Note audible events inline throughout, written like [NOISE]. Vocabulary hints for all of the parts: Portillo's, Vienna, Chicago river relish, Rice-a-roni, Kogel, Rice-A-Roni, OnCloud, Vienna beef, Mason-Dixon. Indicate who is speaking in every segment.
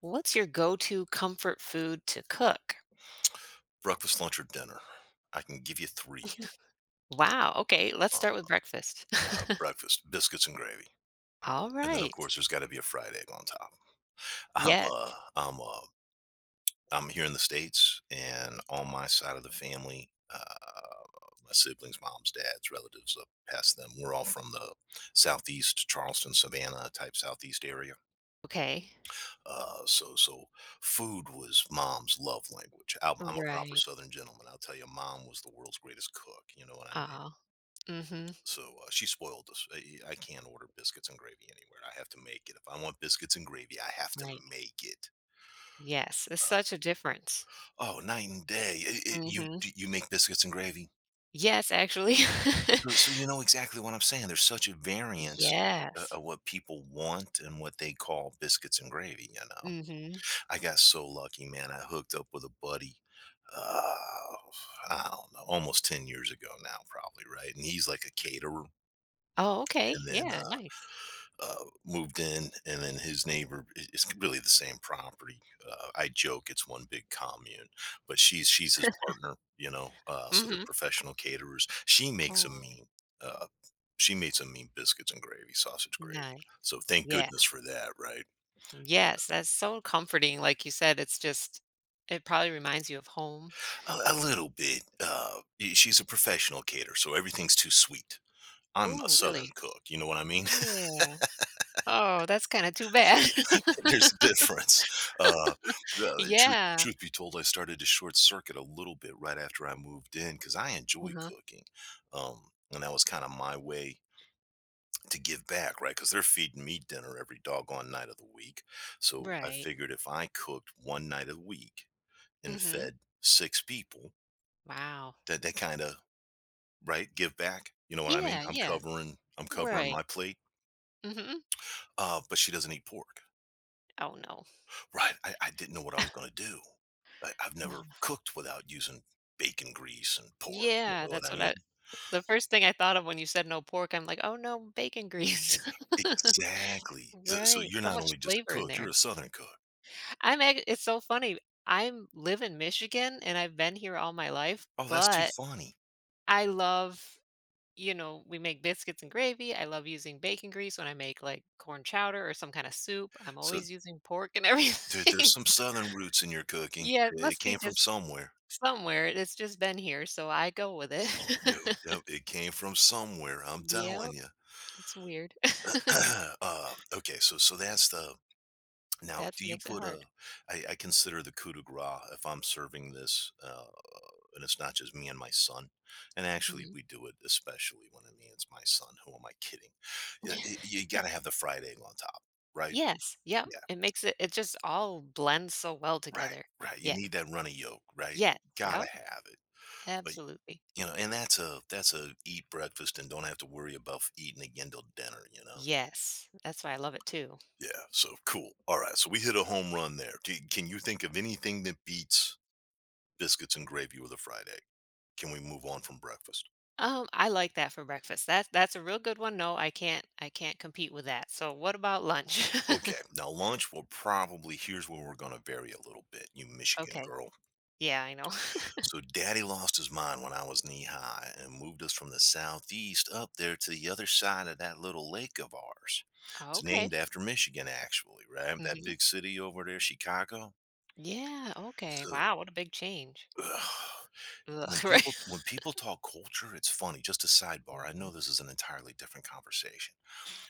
Speaker 1: What's your go-to comfort food to cook?
Speaker 2: Breakfast, lunch, or dinner. I can give you 3.
Speaker 1: Wow, okay, let's
Speaker 2: Uh,
Speaker 1: start with breakfast. [LAUGHS]
Speaker 2: Breakfast, biscuits and gravy,
Speaker 1: All
Speaker 2: and then, of
Speaker 1: right.
Speaker 2: course, there's gotta be a fried egg on top. [LAUGHS] I'm, uh
Speaker 1: Yes.
Speaker 2: I'm, uh I'm here in the States, and on my side of the family, my siblings, moms, dads, relatives, past them, we're all from the Southeast, Charleston, Savannah type Southeast area.
Speaker 1: Okay.
Speaker 2: So food was mom's love language. I'm a proper
Speaker 1: Right.
Speaker 2: Southern gentleman. I'll tell you, mom was the world's greatest cook, you know what I mean?
Speaker 1: Aw. Mhm.
Speaker 2: So she spoiled us. I can't order biscuits and gravy anywhere. I have to make it. If I want biscuits and gravy, I have to
Speaker 1: Right.
Speaker 2: make it.
Speaker 1: Yes, it's such a difference.
Speaker 2: Oh, night and day. You
Speaker 1: Mhm.
Speaker 2: do you make biscuits and gravy.
Speaker 1: Yes, actually. [LAUGHS]
Speaker 2: So you know exactly what I'm saying. There's such a variance
Speaker 1: Yes.
Speaker 2: of what people want and what they call biscuits and gravy. You know,
Speaker 1: Mhm.
Speaker 2: I got so lucky, man. I hooked up with a buddy. Uh, I don't know, almost 10 years ago now, probably right. And he's like a caterer,
Speaker 1: Oh, okay.
Speaker 2: and then
Speaker 1: Yeah, nice.
Speaker 2: moved in, and then his neighbor. It's really the same property. I joke it's one big commune, but she's his partner, you know. So they're
Speaker 1: Mhm.
Speaker 2: professional caterers. She makes a
Speaker 1: Oh,
Speaker 2: mean. Uh, she made some mean biscuits and gravy, sausage gravy.
Speaker 1: nice.
Speaker 2: So thank
Speaker 1: Yeah.
Speaker 2: goodness for that, right?
Speaker 1: Yes, that's so comforting, like you said, it's just it probably reminds you of home.
Speaker 2: A little bit. She's a professional caterer, so everything's too sweet. I'm a
Speaker 1: Oh,
Speaker 2: Southern
Speaker 1: really?
Speaker 2: cook. You know what I mean?
Speaker 1: Yeah. Oh, that's kinda too bad.
Speaker 2: [LAUGHS] There's a
Speaker 1: [LAUGHS]
Speaker 2: difference. Uh, well, truth
Speaker 1: Yeah.
Speaker 2: truth be told, I started to short circuit a little bit right after I moved in because I enjoy
Speaker 1: Uh-huh.
Speaker 2: cooking, and that was kind of my way to give back, right? Because they're feeding me dinner every doggone night of the week, so I
Speaker 1: Right.
Speaker 2: figured if I cooked one night of the week and
Speaker 1: Mhm.
Speaker 2: fed six people,
Speaker 1: Wow.
Speaker 2: that kind of right give back. You know what I mean?
Speaker 1: Yeah,
Speaker 2: I'm
Speaker 1: yeah.
Speaker 2: covering I'm covering
Speaker 1: Right.
Speaker 2: my plate,
Speaker 1: Mhm.
Speaker 2: but she doesn't eat pork.
Speaker 1: Oh, no.
Speaker 2: Right, I didn't know what I
Speaker 1: Oh.
Speaker 2: was gonna do. I've never
Speaker 1: [LAUGHS]
Speaker 2: cooked without using bacon grease and pork, you
Speaker 1: Yeah,
Speaker 2: know what
Speaker 1: that's
Speaker 2: I
Speaker 1: what
Speaker 2: mean?
Speaker 1: I the first thing I thought of when you said no pork, I'm like, "Oh, no, bacon grease." [LAUGHS]
Speaker 2: Exactly. So
Speaker 1: Right,
Speaker 2: you're
Speaker 1: so
Speaker 2: not
Speaker 1: much
Speaker 2: only just a
Speaker 1: flavor in
Speaker 2: cook,
Speaker 1: there.
Speaker 2: you're a Southern cook.
Speaker 1: I'm ac It's so funny, I'm live in Michigan, and I've been here all my life,
Speaker 2: Oh, that's too
Speaker 1: but
Speaker 2: funny.
Speaker 1: I love you know, we make biscuits and gravy. I love using bacon grease when I make like corn chowder or some kind of soup. I'm
Speaker 2: So
Speaker 1: always using pork and
Speaker 2: there's
Speaker 1: everything.
Speaker 2: some Southern roots in your
Speaker 1: [LAUGHS]
Speaker 2: cooking.
Speaker 1: Yeah, it
Speaker 2: It
Speaker 1: must be
Speaker 2: came from
Speaker 1: just
Speaker 2: somewhere.
Speaker 1: somewhere. It's just been here, so I go with
Speaker 2: Yep,
Speaker 1: it.
Speaker 2: yep,
Speaker 1: [LAUGHS]
Speaker 2: it came from somewhere, I'm
Speaker 1: Yeah,
Speaker 2: telling you.
Speaker 1: it's weird. [LAUGHS]
Speaker 2: [CLEARS THROAT] Okay, so that's the, now
Speaker 1: That
Speaker 2: do you
Speaker 1: makes it
Speaker 2: put
Speaker 1: hard.
Speaker 2: a, I consider the coup de grace if I'm serving this, and it's not just me and my son. And actually,
Speaker 1: Hmm.
Speaker 2: we do it especially when it means my son. Who am I kidding? Yeah,
Speaker 1: [LAUGHS]
Speaker 2: you got to have the fried egg on top, right?
Speaker 1: Yes, yep.
Speaker 2: Yeah,
Speaker 1: It makes it, it just all blends so well
Speaker 2: right,
Speaker 1: together.
Speaker 2: right. You
Speaker 1: Yeah.
Speaker 2: need that runny yolk, right?
Speaker 1: Yes,
Speaker 2: Gotta
Speaker 1: yep.
Speaker 2: have it. But
Speaker 1: Absolutely.
Speaker 2: you know, and that's a eat breakfast and don't have to worry about eating again till dinner. You know.
Speaker 1: Yes. That's why I love it too.
Speaker 2: Yeah. So cool. All right. So we hit a home run there. Can you think of anything that beats biscuits and gravy with a fried egg? Can we move on from breakfast?
Speaker 1: I like that for breakfast. That's a real good one. No, I can't compete with that. So what about lunch?
Speaker 2: Okay,
Speaker 1: [LAUGHS]
Speaker 2: now lunch will probably, here's where we're gonna vary a little bit, you Michigan
Speaker 1: Okay.
Speaker 2: girl.
Speaker 1: Yeah, I know. [LAUGHS]
Speaker 2: So daddy lost his mind when I was knee high and moved us from the southeast up there to the other side of that little lake of ours. It's
Speaker 1: Okay.
Speaker 2: named after Michigan, actually, right? That
Speaker 1: Hmm.
Speaker 2: big city over there, Chicago.
Speaker 1: Yeah, okay.
Speaker 2: So
Speaker 1: Wow, what a big change.
Speaker 2: ugh, when
Speaker 1: Ugh, [LAUGHS]
Speaker 2: people
Speaker 1: right.
Speaker 2: when people talk culture, it's funny. Just a sidebar. I
Speaker 1: Hmm.
Speaker 2: know this is an entirely different conversation.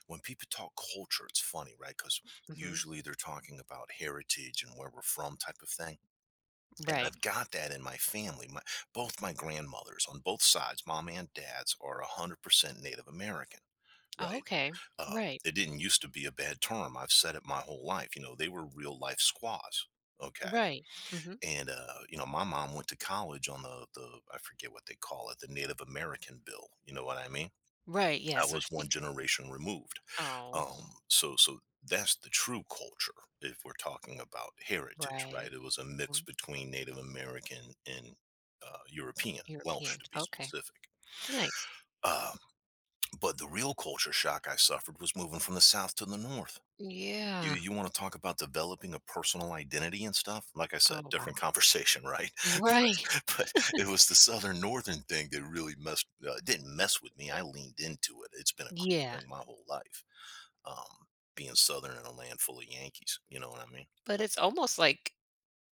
Speaker 2: When people talk culture, it's funny, right? Because
Speaker 1: Hmm.
Speaker 2: usually they're talking about heritage and where we're from, type of thing. And
Speaker 1: Right.
Speaker 2: I've got that in my family. My both my grandmothers on both sides, mom and dad's, are 100% Native American.
Speaker 1: Oh,
Speaker 2: Right?
Speaker 1: okay.
Speaker 2: Uh,
Speaker 1: Right.
Speaker 2: it didn't used to be a bad term. I've said it my whole life. You know, they were real life squaws. Okay.
Speaker 1: Right. Hmm.
Speaker 2: And you know, my mom went to college on the I forget what they call it, the Native American bill. You know what I mean?
Speaker 1: Right. Yeah.
Speaker 2: I
Speaker 1: So
Speaker 2: was
Speaker 1: she,
Speaker 2: one generation removed,
Speaker 1: oh,
Speaker 2: so that's the true culture if we're talking about heritage, right?
Speaker 1: right.
Speaker 2: It was a mix
Speaker 1: Mm,
Speaker 2: between Native American and European, Welsh
Speaker 1: European.
Speaker 2: to be
Speaker 1: Okay.
Speaker 2: specific.
Speaker 1: Nice.
Speaker 2: Uh, but the real culture shock I suffered was moving from the south to the north. You
Speaker 1: Yeah.
Speaker 2: you want to talk about developing a personal identity and stuff? Like I said,
Speaker 1: Oh,
Speaker 2: different
Speaker 1: wow.
Speaker 2: conversation, right?
Speaker 1: Right.
Speaker 2: [LAUGHS] But it was the southern northern thing that really messed, didn't mess with me. I leaned into it. It's been a cool
Speaker 1: Yeah.
Speaker 2: thing my whole life, um, being Southern in a land full of Yankees. You know what I mean?
Speaker 1: But it's almost like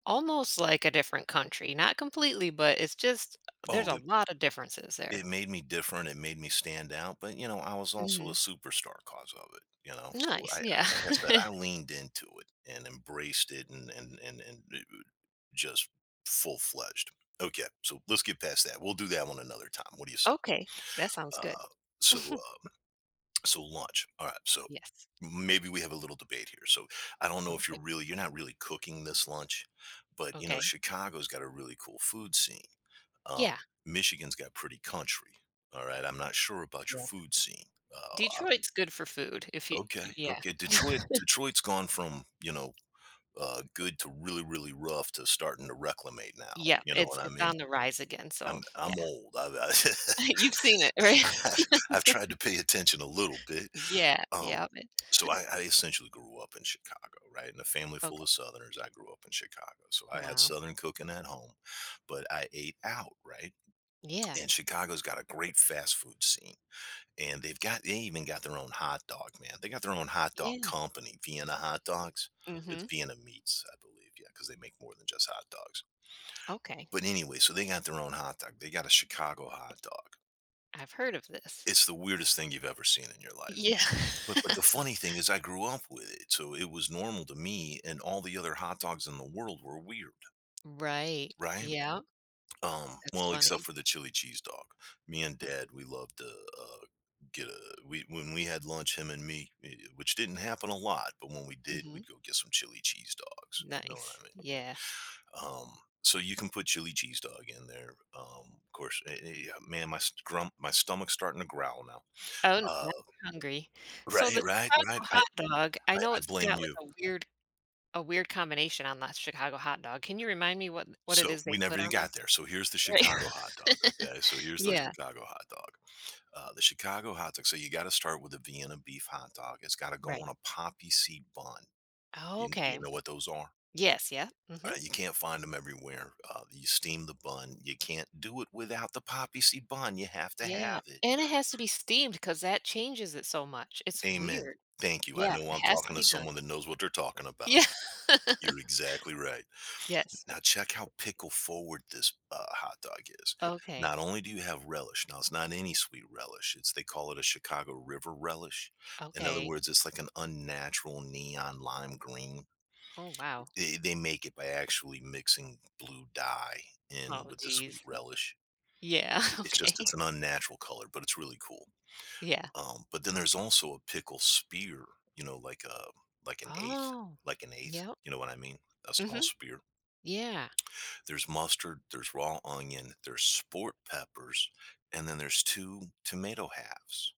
Speaker 1: Almost like a different country, not completely, but it's just
Speaker 2: Oh,
Speaker 1: there's a lot of differences
Speaker 2: it
Speaker 1: there.
Speaker 2: made me different. It made me stand out. But, you know, I was also a
Speaker 1: Mhm.
Speaker 2: superstar cause of it. You know, so
Speaker 1: Nice, yeah.
Speaker 2: like I said, I
Speaker 1: [LAUGHS]
Speaker 2: leaned into it and embraced it and just full fledged. Okay. So let's get past that. We'll do that one another time. What do you say?
Speaker 1: Okay, that sounds good.
Speaker 2: Uh, so,
Speaker 1: [LAUGHS]
Speaker 2: uh, So lunch. All right. So
Speaker 1: Yes.
Speaker 2: maybe we have a little debate here. So I don't know if you're
Speaker 1: Alright,
Speaker 2: really you're not really cooking this lunch, but you know
Speaker 1: okay.
Speaker 2: Chicago's got a really cool food scene. Uh,
Speaker 1: Yeah,
Speaker 2: Michigan's got pretty country. All right. I'm not sure about your
Speaker 1: yeah.
Speaker 2: food scene. Uh,
Speaker 1: Detroit's good for food if you
Speaker 2: okay.
Speaker 1: yeah,
Speaker 2: Okay. Detroit. Detroit's gone from you know good to really really rough to starting to reclimate now.
Speaker 1: yeah,
Speaker 2: You know
Speaker 1: it's
Speaker 2: what I
Speaker 1: it's
Speaker 2: mean?
Speaker 1: on the rise again, so
Speaker 2: I'm
Speaker 1: yeah.
Speaker 2: old.
Speaker 1: [LAUGHS] You've seen it, right?
Speaker 2: I,
Speaker 1: [LAUGHS]
Speaker 2: [LAUGHS] I've tried to pay attention a little bit.
Speaker 1: Yeah,
Speaker 2: Um,
Speaker 1: yeah, it
Speaker 2: so I essentially grew up in Chicago, right? In a family full
Speaker 1: okay.
Speaker 2: of Southerners, I grew up in Chicago. So I had
Speaker 1: Wow.
Speaker 2: Southern cooking at home, but I ate out, right?
Speaker 1: Yeah,
Speaker 2: And Chicago's got a great fast food scene. And they even got their own hot dog, man. They got their own hot dog
Speaker 1: yeah.
Speaker 2: company, Vienna hot dogs. It's
Speaker 1: Mhm.
Speaker 2: Vienna meats, I believe. Yeah, because they make more than just hot dogs.
Speaker 1: Okay,
Speaker 2: But anyway, so they got their own hot dog. They got a Chicago hot dog.
Speaker 1: I've heard of this.
Speaker 2: It's the weirdest thing you've ever seen in your life.
Speaker 1: Yeah.
Speaker 2: But the
Speaker 1: [LAUGHS]
Speaker 2: funny thing is I grew up with it, so it was normal to me, and all the other hot dogs in the world were weird,
Speaker 1: Right,
Speaker 2: right?
Speaker 1: yeah, that's
Speaker 2: Well, except
Speaker 1: funny.
Speaker 2: for the chili cheese dog. Me and Dad, we loved to get a we when we had lunch, him and me, eh, which didn't happen a lot, but when we did,
Speaker 1: Mhm.
Speaker 2: we'd go get some chili cheese dogs. You know what
Speaker 1: Nice.
Speaker 2: I mean?
Speaker 1: Yeah.
Speaker 2: Um, so you can put chili cheese dog in there. Of course, yeah, man, my stomach's starting to growl now.
Speaker 1: Oh, no,
Speaker 2: Uh,
Speaker 1: now I'm hungry. So
Speaker 2: right,
Speaker 1: the
Speaker 2: right, right.
Speaker 1: Chicago
Speaker 2: I,
Speaker 1: hot dog, I know
Speaker 2: I
Speaker 1: it's
Speaker 2: blame
Speaker 1: got like
Speaker 2: you.
Speaker 1: a weird combination on that Chicago hot dog. Can you remind me what it
Speaker 2: So,
Speaker 1: is
Speaker 2: we
Speaker 1: they
Speaker 2: never
Speaker 1: put
Speaker 2: even
Speaker 1: on there?
Speaker 2: got there. So, here's the
Speaker 1: Right.
Speaker 2: Chicago hot dog,
Speaker 1: [LAUGHS]
Speaker 2: okay? So, here's the
Speaker 1: Yeah,
Speaker 2: Chicago hot dog. The Chicago hot dog, so, you gotta start with a Vienna beef hot dog. It's gotta go
Speaker 1: right.
Speaker 2: on a poppy seed bun. Do you
Speaker 1: Okay.
Speaker 2: know what those are?
Speaker 1: Yes, yeah. Mhm.
Speaker 2: Alright, you can't find them everywhere. You steam the bun. You can't do it without the poppy seed bun. You have to
Speaker 1: Yeah,
Speaker 2: have it.
Speaker 1: and it has to be steamed because that changes it so much. It's
Speaker 2: Amen.
Speaker 1: weird.
Speaker 2: Thank you. I
Speaker 1: Yeah,
Speaker 2: know
Speaker 1: it
Speaker 2: I'm
Speaker 1: has to
Speaker 2: talking to
Speaker 1: be done.
Speaker 2: someone that knows what they're talking about.
Speaker 1: Yeah. [LAUGHS]
Speaker 2: You're exactly right.
Speaker 1: Yes.
Speaker 2: Now check how pickle forward this, hot dog is.
Speaker 1: Okay.
Speaker 2: Not only do you have relish, now it's not any sweet relish, it's, they call it a Chicago river relish. In other
Speaker 1: Okay.
Speaker 2: words, it's like an unnatural neon lime green.
Speaker 1: Oh, wow.
Speaker 2: They make it by actually mixing blue dye in
Speaker 1: Oh,
Speaker 2: with the sweet
Speaker 1: geez.
Speaker 2: relish.
Speaker 1: Yeah,
Speaker 2: It's
Speaker 1: [LAUGHS] okay.
Speaker 2: just it's an unnatural color, but it's really cool.
Speaker 1: Yeah.
Speaker 2: But then there's also a pickle spear, you know, like a, like an eighth,
Speaker 1: Oh, yep.
Speaker 2: you know what I mean? A small
Speaker 1: Mhm.
Speaker 2: spear.
Speaker 1: Yeah.
Speaker 2: There's mustard, there's raw onion, there's sport peppers, and then there's 2 tomato halves.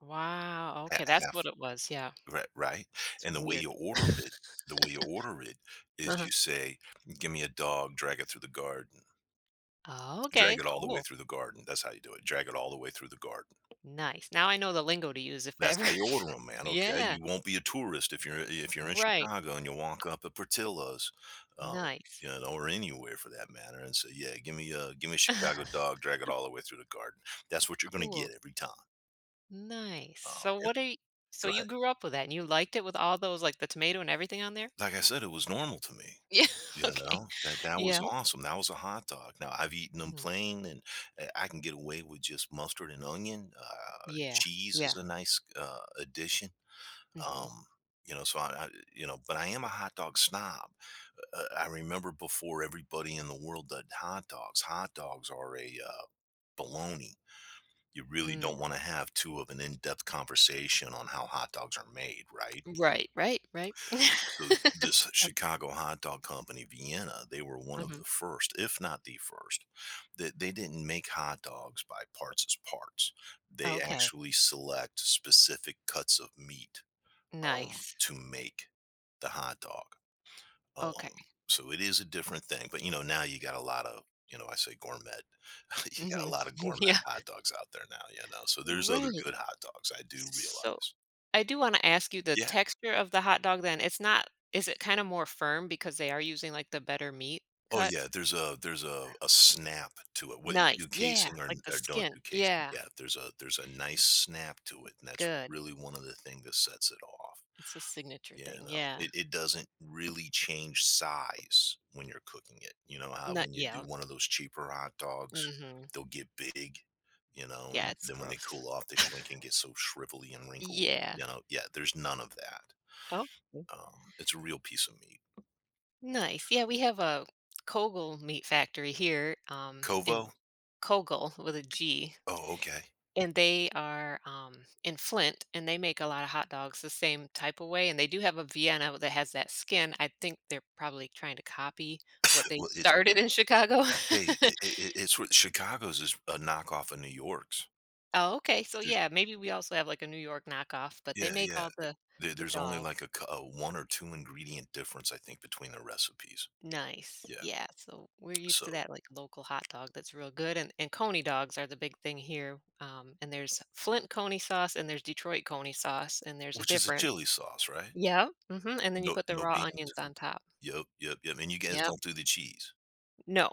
Speaker 1: Wow,
Speaker 2: At
Speaker 1: okay, that's
Speaker 2: half
Speaker 1: what it was, yeah.
Speaker 2: Right, right?
Speaker 1: It's
Speaker 2: And
Speaker 1: weird. [LAUGHS]
Speaker 2: the way you order it is
Speaker 1: Uh-huh.
Speaker 2: you say, "Give me a dog, drag it through the garden."
Speaker 1: Oh,
Speaker 2: Drag
Speaker 1: okay,
Speaker 2: it all the way
Speaker 1: cool.
Speaker 2: through the garden. That's how you do it. Drag it all the way through the garden.
Speaker 1: Nice. Now I know the lingo to use if I
Speaker 2: That's
Speaker 1: ever
Speaker 2: how you
Speaker 1: [LAUGHS]
Speaker 2: order them, man, okay?
Speaker 1: Yeah,
Speaker 2: You won't be a tourist if you're in
Speaker 1: right.
Speaker 2: Chicago and you walk up at Portillo's, um,
Speaker 1: Nice.
Speaker 2: you know, or anywhere for that matter and say, "Yeah, give me a Chicago
Speaker 1: [LAUGHS]
Speaker 2: dog, drag it all the way through the garden." That's what you're gonna get
Speaker 1: Cool.
Speaker 2: every time,
Speaker 1: Nice.
Speaker 2: and
Speaker 1: So
Speaker 2: Go
Speaker 1: you
Speaker 2: ahead.
Speaker 1: grew up with that and you liked it with all those like, the tomato and everything on there?
Speaker 2: Like I said, it was normal to me,
Speaker 1: Yeah, [LAUGHS]
Speaker 2: you
Speaker 1: okay.
Speaker 2: know? That was
Speaker 1: Yeah.
Speaker 2: awesome, that was a hot dog. Now, I've eaten them
Speaker 1: Mm.
Speaker 2: plain, and, I can get away with just mustard and onion,
Speaker 1: Yeah,
Speaker 2: cheese is
Speaker 1: yeah.
Speaker 2: a nice, addition.
Speaker 1: Mhm.
Speaker 2: Um, you know, so I, I, but I am a hot dog snob. I remember before everybody in the world did hot dogs. Hot dogs are a baloney. You really
Speaker 1: Mm.
Speaker 2: don't want to have too of an in-depth conversation on how hot dogs are made, right?
Speaker 1: Right, right, right.
Speaker 2: So
Speaker 1: [LAUGHS]
Speaker 2: this Chicago hot dog company, Vienna, they were one of
Speaker 1: Mhm.
Speaker 2: the first, if not the first, that they didn't make hot dogs by parts as parts. They
Speaker 1: Okay,
Speaker 2: actually select specific cuts of meat
Speaker 1: nice.
Speaker 2: to make the hot dog. Um,
Speaker 1: Okay.
Speaker 2: so it is a different thing, but you know, now you got a lot of, you know, I say gourmet. [LAUGHS] You got a
Speaker 1: Mhm.
Speaker 2: lot of
Speaker 1: [LAUGHS]
Speaker 2: gourmet
Speaker 1: Yeah.
Speaker 2: hot dogs out there now, you know. So there's other
Speaker 1: Right.
Speaker 2: good hot dogs. I do
Speaker 1: So,
Speaker 2: realize.
Speaker 1: I do wanna ask you the
Speaker 2: Yeah.
Speaker 1: texture of the hot dog then, it's not is it kinda more firm because they are using, like, the better meat
Speaker 2: Oh
Speaker 1: cuts?
Speaker 2: yeah. There's a snap to it. Whether you
Speaker 1: Nice.
Speaker 2: do
Speaker 1: Yeah,
Speaker 2: casing
Speaker 1: like the
Speaker 2: or don't
Speaker 1: skin.
Speaker 2: do casing.
Speaker 1: Yeah,
Speaker 2: Yeah. There's a nice snap to it, and that's
Speaker 1: good.
Speaker 2: really one of the things that sets it off.
Speaker 1: It's a signature
Speaker 2: Yeah,
Speaker 1: thing,
Speaker 2: no,
Speaker 1: yeah.
Speaker 2: it doesn't really change size when you're cooking it, you know, how
Speaker 1: Not.
Speaker 2: when you do
Speaker 1: Yeah.
Speaker 2: one of those cheaper hot dogs,
Speaker 1: Mhm.
Speaker 2: they'll get big, you know,
Speaker 1: Yeah,
Speaker 2: and
Speaker 1: it's
Speaker 2: then when they
Speaker 1: gross.
Speaker 2: cool off, they
Speaker 1: [LAUGHS]
Speaker 2: shrink and get so shrivelly and wrinkled,
Speaker 1: Yeah.
Speaker 2: you know? Yeah, there's none of that.
Speaker 1: Oh,
Speaker 2: It's a real piece of meat.
Speaker 1: nice. Yeah, we have a Kogel meat factory here, in
Speaker 2: Kovo?
Speaker 1: Kogel with a G.
Speaker 2: Oh, okay. [LAUGHS]
Speaker 1: And they are, in Flint, and they make a lot of hot dogs the same type of way, and they do have a Vienna that has that skin. I think they're probably trying to copy what they
Speaker 2: Well, it's
Speaker 1: started in Chicago.
Speaker 2: hey, it
Speaker 1: [LAUGHS]
Speaker 2: it it it's what Chicago's is a knockoff of New York's.
Speaker 1: Oh, okay, so
Speaker 2: There's
Speaker 1: yeah, maybe we also have, like, a New York knockoff, but they
Speaker 2: yeah,
Speaker 1: make
Speaker 2: yeah.
Speaker 1: all the
Speaker 2: There
Speaker 1: the
Speaker 2: there's only like
Speaker 1: dogs.
Speaker 2: a 1 or 2 ingredient difference, I think, between the recipes.
Speaker 1: Nice.
Speaker 2: Yeah,
Speaker 1: Yeah, so we're used
Speaker 2: so
Speaker 1: to that, like, local hot dog that's real good, and coney dogs are the big thing here, and there's Flint coney sauce, and there's Detroit coney sauce, and there's a
Speaker 2: Which is a chili
Speaker 1: difference.
Speaker 2: sauce, right?
Speaker 1: Yep, mhm, and then you
Speaker 2: No
Speaker 1: put the
Speaker 2: no
Speaker 1: raw
Speaker 2: beans?
Speaker 1: onions on top.
Speaker 2: Yep, yep, yep, and you guys
Speaker 1: Yep.
Speaker 2: don't do the cheese.
Speaker 1: No.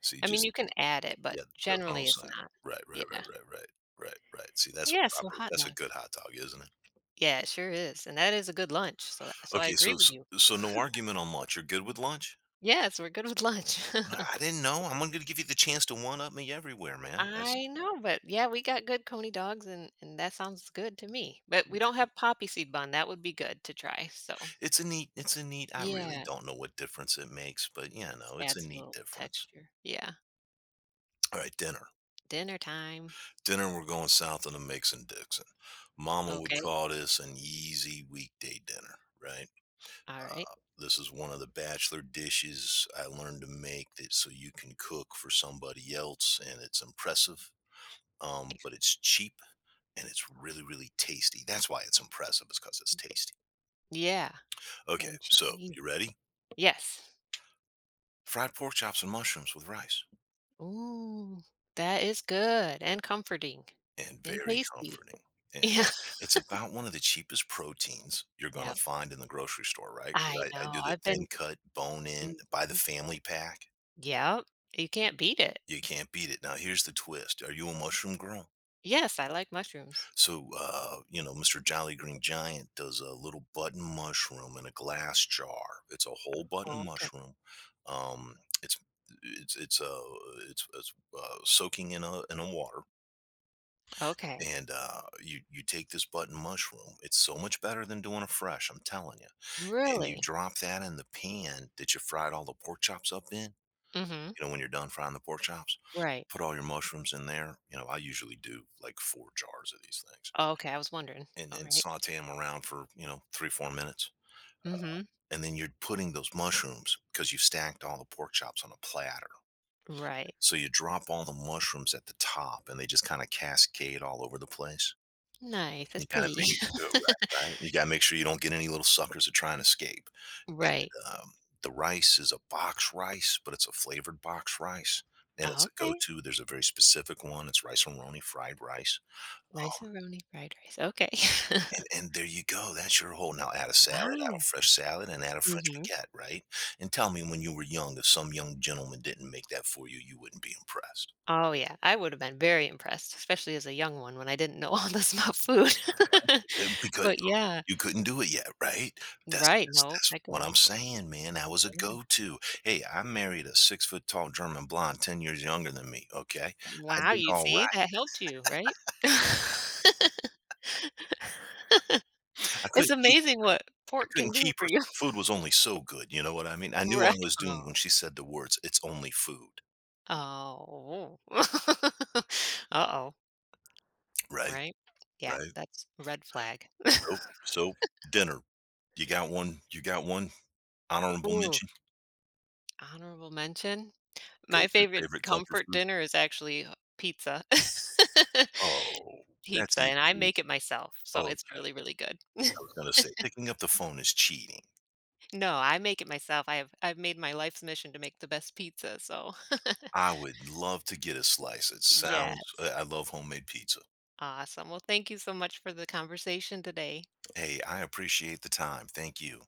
Speaker 2: See,
Speaker 1: I mean,
Speaker 2: just
Speaker 1: you can add it, but
Speaker 2: yeah, that's what I'm
Speaker 1: generally it's
Speaker 2: saying.
Speaker 1: not.
Speaker 2: Right, right, right,
Speaker 1: Yeah.
Speaker 2: right, right, right, right. See, that's a
Speaker 1: Yeah, so
Speaker 2: proper
Speaker 1: hot
Speaker 2: that's a
Speaker 1: dog.
Speaker 2: good hot dog, isn't it?
Speaker 1: Yeah, it sure is, and that is a good lunch, so I
Speaker 2: Okay, so
Speaker 1: agree with
Speaker 2: s
Speaker 1: you.
Speaker 2: so no
Speaker 1: [LAUGHS]
Speaker 2: argument on lunch. You're good with lunch?
Speaker 1: Yes, we're good with lunch. [LAUGHS]
Speaker 2: I didn't know. I'm gonna give you the chance to one up me everywhere, man. That's
Speaker 1: I know, but yeah, we got good coney dogs and that sounds good to me, but we don't have poppy seed bun, that would be good to try, so.
Speaker 2: It's a neat I really
Speaker 1: Yeah,
Speaker 2: don't know what difference it makes, but, you
Speaker 1: just
Speaker 2: know, it's a
Speaker 1: adds a
Speaker 2: neat
Speaker 1: little
Speaker 2: difference.
Speaker 1: texture. Yeah.
Speaker 2: Alright, dinner.
Speaker 1: Dinner time.
Speaker 2: Dinner, we're going south on the Mix and Dixon. Mama would
Speaker 1: Okay.
Speaker 2: call this an easy weekday dinner, right?
Speaker 1: Alright.
Speaker 2: This is one of the bachelor dishes I learned to make that so you can cook for somebody else, and it's impressive, but it's cheap and it's really, really tasty. That's why it's impressive, is because it's tasty.
Speaker 1: Yeah,
Speaker 2: Okay,
Speaker 1: and
Speaker 2: so
Speaker 1: chicken
Speaker 2: you ready?
Speaker 1: yes.
Speaker 2: Fried pork chops and mushrooms with rice.
Speaker 1: Ooh, that is good and comforting
Speaker 2: And
Speaker 1: and
Speaker 2: very
Speaker 1: tasty. [LAUGHS]
Speaker 2: comforting. And
Speaker 1: Yeah.
Speaker 2: it's about one of the cheapest proteins you're gonna
Speaker 1: Yeah.
Speaker 2: find in the grocery store, right?
Speaker 1: I
Speaker 2: 'Cause I
Speaker 1: know.
Speaker 2: do the
Speaker 1: I've
Speaker 2: thin
Speaker 1: been
Speaker 2: cut, bone in,
Speaker 1: mhm.
Speaker 2: buy the family pack.
Speaker 1: Yep. You can't beat it.
Speaker 2: You can't beat it. Now here's the twist. Are you a mushroom girl?
Speaker 1: Yes, I like mushrooms.
Speaker 2: So, you know, Mr. Jolly Green Giant does a little button mushroom in a glass jar. It's a whole
Speaker 1: Oh,
Speaker 2: button
Speaker 1: okay.
Speaker 2: mushroom. Um, it's it's it's, uh, it's soaking in a water.
Speaker 1: Okay.
Speaker 2: And you take this button mushroom. It's so much better than doing it fresh. I'm telling you. And you
Speaker 1: Really?
Speaker 2: drop that in the pan that you fried all the pork chops up in.
Speaker 1: Mhm.
Speaker 2: You know, when you're done frying the pork chops,
Speaker 1: Right.
Speaker 2: put all your mushrooms in there. You know, I usually do like four jars of these things,
Speaker 1: Okay, I was wondering.
Speaker 2: and
Speaker 1: Alright.
Speaker 2: saute them around for you know 3 or 4 minutes.
Speaker 1: Mhm.
Speaker 2: And then you're putting those mushrooms because you've stacked all the pork chops on a platter.
Speaker 1: Right.
Speaker 2: So you drop all the mushrooms at the top, and they just kind of cascade all over the place.
Speaker 1: Nice. That's
Speaker 2: You gotta
Speaker 1: pretty.
Speaker 2: make Do
Speaker 1: [LAUGHS]
Speaker 2: it right, right? You gotta make sure you don't get any little suckers that try and escape.
Speaker 1: Right.
Speaker 2: And, the rice is a box rice, but it's a flavored box rice, and it's
Speaker 1: Oh,
Speaker 2: a
Speaker 1: okay.
Speaker 2: go-to. There's a very specific one. It's rice and roni fried rice. Um,
Speaker 1: Rice-a-roni fried rice. Okay. [LAUGHS]
Speaker 2: and there you go. That's your whole Now add a salad, add a
Speaker 1: Wow.
Speaker 2: fresh salad, and add a French
Speaker 1: Mhm.
Speaker 2: baguette, right? And tell me when you were young, if some young gentleman didn't make that for you, you wouldn't be impressed.
Speaker 1: Oh, yeah. I would have been very impressed, especially as a young one when I didn't know [LAUGHS] all this about food. [LAUGHS]
Speaker 2: Because
Speaker 1: But yeah.
Speaker 2: You couldn't do it yet, right? That's
Speaker 1: Right,
Speaker 2: that's
Speaker 1: no,
Speaker 2: that's
Speaker 1: I
Speaker 2: what
Speaker 1: couldn't.
Speaker 2: I'm saying, man. That was a
Speaker 1: Yeah.
Speaker 2: go-to. Hey, I married a six-foot-tall German blonde 10 years younger than me, okay? I
Speaker 1: Wow,
Speaker 2: did
Speaker 1: you
Speaker 2: all right.
Speaker 1: see? That helped you, right? [LAUGHS]
Speaker 2: I
Speaker 1: It's
Speaker 2: couldn't keep
Speaker 1: amazing what
Speaker 2: I
Speaker 1: pork can
Speaker 2: couldn't
Speaker 1: do
Speaker 2: keep
Speaker 1: for
Speaker 2: her,
Speaker 1: you.
Speaker 2: so the
Speaker 1: [LAUGHS]
Speaker 2: food was only so good, you know what I mean? I knew I
Speaker 1: Right.
Speaker 2: was doomed
Speaker 1: Oh.
Speaker 2: when she said the words, "It's only food."
Speaker 1: Oh. [LAUGHS] Uh-oh,
Speaker 2: Right,
Speaker 1: right? Yeah,
Speaker 2: right.
Speaker 1: that's a red flag. [LAUGHS]
Speaker 2: So so dinner. You got one honorable
Speaker 1: Ooh,
Speaker 2: mention?
Speaker 1: honorable mention? My
Speaker 2: Go-to
Speaker 1: favorite
Speaker 2: favorite comfort
Speaker 1: comfort
Speaker 2: food?
Speaker 1: dinner is actually pizza. [LAUGHS]
Speaker 2: Oh, that's
Speaker 1: Pizza, and I
Speaker 2: even
Speaker 1: make it
Speaker 2: easy.
Speaker 1: myself, so it's
Speaker 2: Okay.
Speaker 1: really, really good. [LAUGHS]
Speaker 2: I was gonna say picking up the phone is cheating.
Speaker 1: No, I make it myself. I've made my life's mission to make the best pizza, so. [LAUGHS]
Speaker 2: I would love to get a slice. It
Speaker 1: Yeah,
Speaker 2: sounds I love homemade pizza.
Speaker 1: awesome. Well, thank you so much for the conversation today.
Speaker 2: Hey, I appreciate the time. Thank you.